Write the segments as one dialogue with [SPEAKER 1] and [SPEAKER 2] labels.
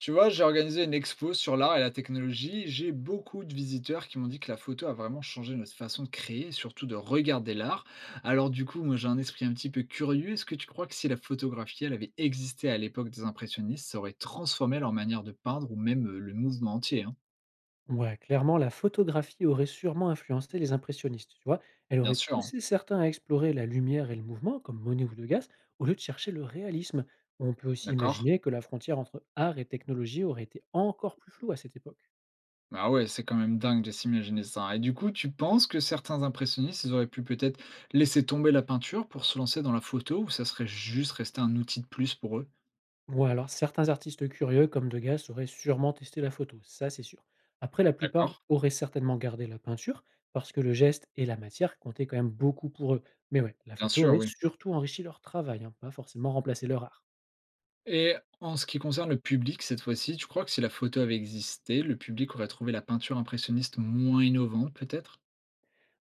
[SPEAKER 1] Tu vois, j'ai organisé une expo sur l'art et la technologie. J'ai beaucoup de visiteurs qui m'ont dit que la photo a vraiment changé notre façon de créer et surtout de regarder l'art. Alors du coup, moi j'ai un esprit un petit peu curieux. Est-ce que tu crois que si la photographie, elle avait existé à l'époque des impressionnistes, ça aurait transformé leur manière de peindre ou même le mouvement entier, hein?
[SPEAKER 2] Ouais, clairement, la photographie aurait sûrement influencé les impressionnistes, tu vois. Elle
[SPEAKER 1] Bien
[SPEAKER 2] aurait
[SPEAKER 1] sûr, hein.
[SPEAKER 2] poussé certains à explorer la lumière et le mouvement, comme Monet ou Degas, au lieu de chercher le réalisme. On peut aussi
[SPEAKER 1] D'accord?
[SPEAKER 2] imaginer que la frontière entre art et technologie aurait été encore plus floue à cette époque.
[SPEAKER 1] Bah ouais, c'est quand même dingue de s'imaginer ça, hein. Et du coup, tu penses que certains impressionnistes, ils auraient pu peut-être laisser tomber la peinture pour se lancer dans la photo ou ça serait juste resté un outil de plus pour eux?
[SPEAKER 2] Ou alors, certains artistes curieux, comme Degas, auraient sûrement testé la photo, ça c'est sûr. Après, la
[SPEAKER 1] D'accord?
[SPEAKER 2] plupart auraient certainement gardé la peinture, parce que le geste et la matière comptaient quand même beaucoup pour eux. Mais ouais, la
[SPEAKER 1] Bien
[SPEAKER 2] photo
[SPEAKER 1] sûr,
[SPEAKER 2] aurait
[SPEAKER 1] oui.
[SPEAKER 2] surtout enrichi leur travail, hein, pas forcément remplacé leur art.
[SPEAKER 1] Et en ce qui concerne le public, cette fois-ci, tu crois que si la photo avait existé, le public aurait trouvé la peinture impressionniste moins innovante, peut-être?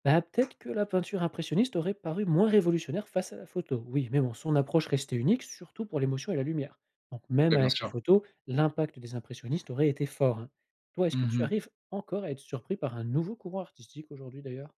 [SPEAKER 2] Bah, peut-être que la peinture impressionniste aurait paru moins révolutionnaire face à la photo, oui, mais bon, son approche restait unique, surtout pour l'émotion et la lumière. Donc même
[SPEAKER 1] Oui, bien
[SPEAKER 2] avec la
[SPEAKER 1] sûr.
[SPEAKER 2] photo, l'impact des impressionnistes aurait été fort, hein. Toi, est-ce que tu
[SPEAKER 1] Mmh.
[SPEAKER 2] arrives encore à être surpris par un nouveau courant artistique aujourd'hui d'ailleurs?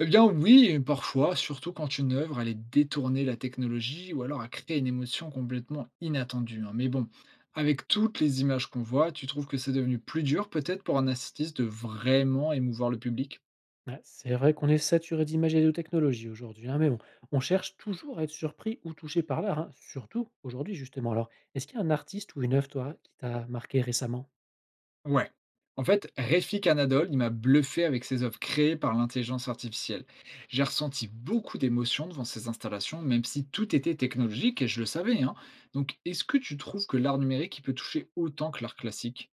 [SPEAKER 1] Eh bien oui, et parfois, surtout quand une œuvre allait détourner la technologie ou alors à créer une émotion complètement inattendue, hein. Mais bon, avec toutes les images qu'on voit, tu trouves que c'est devenu plus dur peut-être pour un artiste de vraiment émouvoir le public?
[SPEAKER 2] Ouais, c'est vrai qu'on est saturé d'images et de technologies aujourd'hui, hein, mais bon, on cherche toujours à être surpris ou touché par l'art, hein, surtout aujourd'hui justement. Alors, est-ce qu'il y a un artiste ou une œuvre, toi, qui t'a marqué récemment?
[SPEAKER 1] Ouais. En fait, Refi Canadol, il m'a bluffé avec ses œuvres créées par l'intelligence artificielle. J'ai ressenti beaucoup d'émotions devant ces installations, même si tout était technologique et je le savais, hein. Donc, est-ce que tu trouves que l'art numérique il peut toucher autant que l'art classique?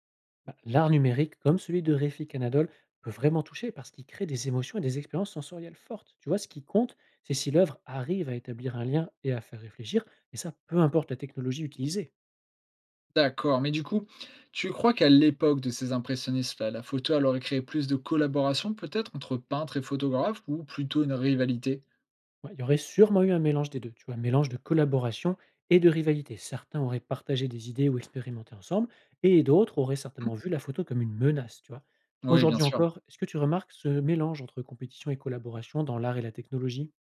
[SPEAKER 2] Bah, l'art numérique, comme celui de Refik Canadol, peut vraiment toucher parce qu'il crée des émotions et des expériences sensorielles fortes. Tu vois, ce qui compte, c'est si l'œuvre arrive à établir un lien et à faire réfléchir, et ça, peu importe la technologie utilisée.
[SPEAKER 1] D'accord, mais du coup, tu crois qu'à l'époque de ces impressionnistes-là, la photo elle aurait créé plus de collaboration peut-être entre peintres et photographes ou plutôt une rivalité?
[SPEAKER 2] Ouais, il y aurait sûrement eu un mélange des deux, tu vois, un mélange de collaboration et de rivalité. Certains auraient partagé des idées ou expérimenté ensemble, et d'autres auraient
[SPEAKER 1] Mhm.
[SPEAKER 2] certainement vu la photo comme une menace, tu vois.
[SPEAKER 1] Oui, bien
[SPEAKER 2] Aujourd'hui
[SPEAKER 1] sûr.
[SPEAKER 2] encore, est-ce que tu remarques ce mélange entre compétition et collaboration dans l'art et la technologie?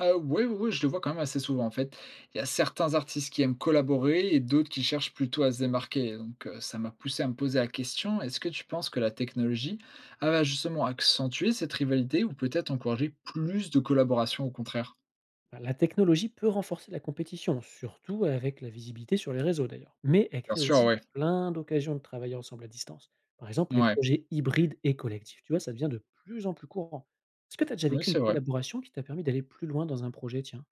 [SPEAKER 1] Oui, oui, oui, je le vois quand même assez souvent, en fait. Il y a certains artistes qui aiment collaborer et d'autres qui cherchent plutôt à se démarquer. Donc, ça m'a poussé à me poser la question, est-ce que tu penses que la technologie, elle va justement accentuer cette rivalité ou peut-être encourager plus de collaboration au contraire?
[SPEAKER 2] Bah, la technologie peut renforcer la compétition, surtout avec la visibilité sur les réseaux d'ailleurs. Mais elle
[SPEAKER 1] Bien
[SPEAKER 2] crée
[SPEAKER 1] sûr,
[SPEAKER 2] aussi
[SPEAKER 1] ouais,
[SPEAKER 2] plein d'occasions de travailler ensemble à distance. Par exemple, les
[SPEAKER 1] ouais.
[SPEAKER 2] projets hybrides et collectifs, tu vois, ça devient de plus en plus courant. Est-ce que tu as déjà
[SPEAKER 1] Oui,
[SPEAKER 2] vécu une
[SPEAKER 1] c'est vrai.
[SPEAKER 2] collaboration qui t'a permis d'aller plus loin dans un projet, tiens?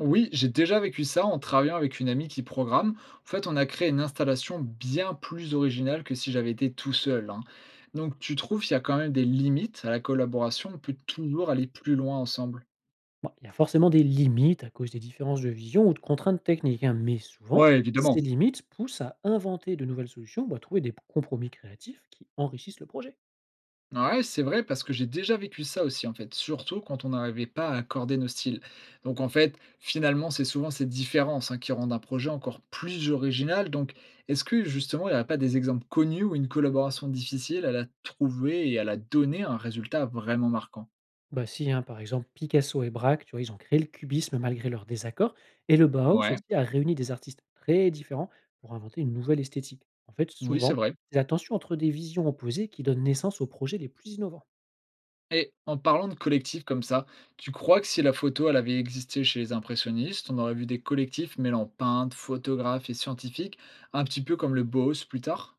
[SPEAKER 1] Oui, j'ai déjà vécu ça en travaillant avec une amie qui programme. En fait, on a créé une installation bien plus originale que si j'avais été tout seul, hein. Donc, tu trouves qu'il y a quand même des limites à la collaboration? On peut toujours aller plus loin ensemble.
[SPEAKER 2] Bon, il y a forcément des limites à cause des différences de vision ou de contraintes techniques, hein, mais souvent,
[SPEAKER 1] Ouais,
[SPEAKER 2] ces
[SPEAKER 1] évidemment.
[SPEAKER 2] limites poussent à inventer de nouvelles solutions ou à trouver des compromis créatifs qui enrichissent le projet.
[SPEAKER 1] Ouais, c'est vrai parce que j'ai déjà vécu ça aussi en fait, surtout quand on n'arrivait pas à accorder nos styles. Donc en fait, finalement, c'est souvent ces différences hein, qui rendent un projet encore plus original. Donc est-ce que justement, il n'y a pas des exemples connus où une collaboration difficile, elle a trouvé et elle a donné un résultat vraiment marquant?
[SPEAKER 2] Bah si, hein, par exemple, Picasso et Braque, tu vois, ils ont créé le cubisme malgré leurs désaccords, et le Bauhaus
[SPEAKER 1] Ouais,
[SPEAKER 2] aussi a réuni des artistes très différents pour inventer une nouvelle esthétique. En fait,
[SPEAKER 1] oui, c'est
[SPEAKER 2] souvent,
[SPEAKER 1] vrai.
[SPEAKER 2] c'est la tension entre des visions opposées qui donne naissance aux projets les plus innovants.
[SPEAKER 1] Et en parlant de collectifs comme ça, tu crois que si la photo, elle avait existé chez les impressionnistes, on aurait vu des collectifs mêlant peintres, photographes et scientifiques, un petit peu comme le Bauhaus plus tard?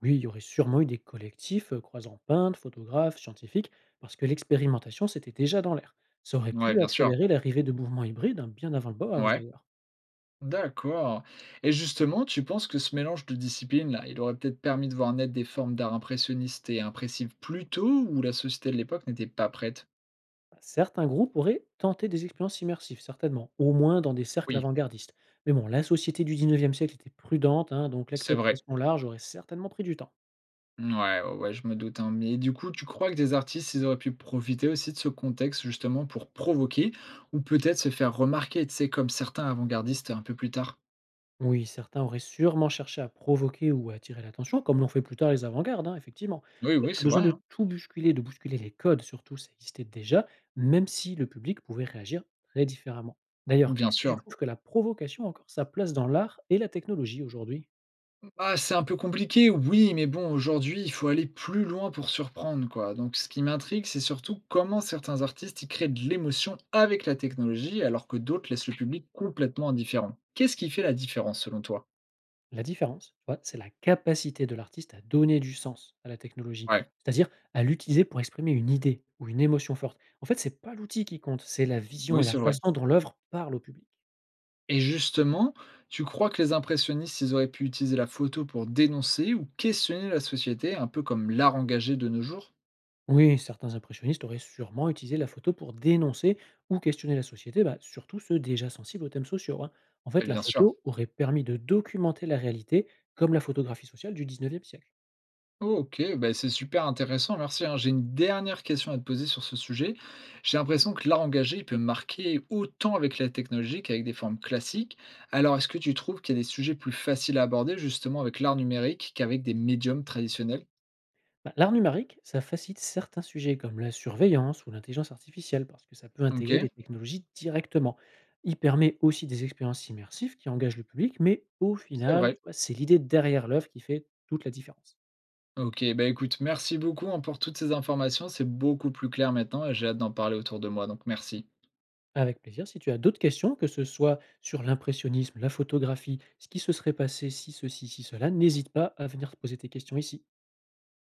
[SPEAKER 2] Oui, il y aurait sûrement eu des collectifs croisant peintres, photographes, scientifiques, parce que l'expérimentation, c'était déjà dans l'air. Ça aurait
[SPEAKER 1] Ouais,
[SPEAKER 2] pu
[SPEAKER 1] bien sûr.
[SPEAKER 2] accélérer l'arrivée de mouvements hybrides, hein, bien avant le Bauhaus
[SPEAKER 1] Ouais,
[SPEAKER 2] d'ailleurs.
[SPEAKER 1] d'accord. Et justement, tu penses que ce mélange de disciplines-là, il aurait peut-être permis de voir naître des formes d'art impressionnistes et impressives plus tôt où la société de l'époque n'était pas prête?
[SPEAKER 2] Certains groupes auraient tenté des expériences immersives, certainement, au moins dans des cercles
[SPEAKER 1] Oui,
[SPEAKER 2] avant-gardistes. Mais bon, la société du 19e siècle était prudente, hein, donc
[SPEAKER 1] c'est vrai.
[SPEAKER 2] l'acceptation large aurait certainement pris du temps.
[SPEAKER 1] Ouais, ouais, ouais, je me doute, hein. Mais du coup, tu crois que des artistes, ils auraient pu profiter aussi de ce contexte justement pour provoquer ou peut-être se faire remarquer, tu sais, comme certains avant-gardistes un peu plus tard?
[SPEAKER 2] Oui, certains auraient sûrement cherché à provoquer ou à attirer l'attention, comme l'ont fait plus tard les avant-gardes, hein, effectivement.
[SPEAKER 1] Oui,
[SPEAKER 2] En fait,
[SPEAKER 1] oui,
[SPEAKER 2] ce
[SPEAKER 1] c'est
[SPEAKER 2] besoin
[SPEAKER 1] vrai, hein.
[SPEAKER 2] de tout bousculer, de bousculer les codes, surtout, ça existait déjà, même si le public pouvait réagir très différemment. D'ailleurs,
[SPEAKER 1] Bien
[SPEAKER 2] est-ce que tu
[SPEAKER 1] sûr.
[SPEAKER 2] trouves que la provocation a encore sa place dans l'art et la technologie aujourd'hui?
[SPEAKER 1] Ah, c'est un peu compliqué, oui, mais bon, aujourd'hui, il faut aller plus loin pour surprendre, quoi. Donc, ce qui m'intrigue, c'est surtout comment certains artistes y créent de l'émotion avec la technologie, alors que d'autres laissent le public complètement indifférent. Qu'est-ce qui fait la différence, selon toi?
[SPEAKER 2] La différence, tu vois, c'est la capacité de l'artiste à donner du sens à la technologie,
[SPEAKER 1] Ouais,
[SPEAKER 2] c'est-à-dire à l'utiliser pour exprimer une idée ou une émotion forte. En fait, c'est pas l'outil qui compte, c'est la
[SPEAKER 1] oui,
[SPEAKER 2] vision et la
[SPEAKER 1] c'est vrai.
[SPEAKER 2] façon dont l'œuvre parle au public.
[SPEAKER 1] Et justement, tu crois que les impressionnistes, ils auraient pu utiliser la photo pour dénoncer ou questionner la société, un peu comme l'art engagé de nos jours?
[SPEAKER 2] Oui, certains impressionnistes auraient sûrement utilisé la photo pour dénoncer ou questionner la société, bah, surtout ceux déjà sensibles aux thèmes sociaux, hein. En
[SPEAKER 1] Eh
[SPEAKER 2] fait, la
[SPEAKER 1] bien sûr.
[SPEAKER 2] photo aurait permis de documenter la réalité comme la photographie sociale du 19e siècle.
[SPEAKER 1] OK, bah, c'est super intéressant, merci, hein. J'ai une dernière question à te poser sur ce sujet. J'ai l'impression que l'art engagé, il peut marquer autant avec la technologie qu'avec des formes classiques. Alors, est-ce que tu trouves qu'il y a des sujets plus faciles à aborder justement avec l'art numérique qu'avec des médiums traditionnels?
[SPEAKER 2] Bah, l'art numérique, ça facilite certains sujets comme la surveillance ou l'intelligence artificielle parce que ça peut intégrer
[SPEAKER 1] OK,
[SPEAKER 2] des technologies directement. Il permet aussi des expériences immersives qui engagent le public, mais au
[SPEAKER 1] c'est
[SPEAKER 2] final,
[SPEAKER 1] vrai.
[SPEAKER 2] tu vois, c'est l'idée derrière l'œuvre qui fait toute la différence.
[SPEAKER 1] OK, bah, écoute, merci beaucoup, hein, pour toutes ces informations. C'est beaucoup plus clair maintenant et j'ai hâte d'en parler autour de moi, donc merci.
[SPEAKER 2] Avec plaisir, si tu as d'autres questions, que ce soit sur l'impressionnisme, la photographie, ce qui se serait passé si ceci, si cela, n'hésite pas à venir te poser tes questions ici.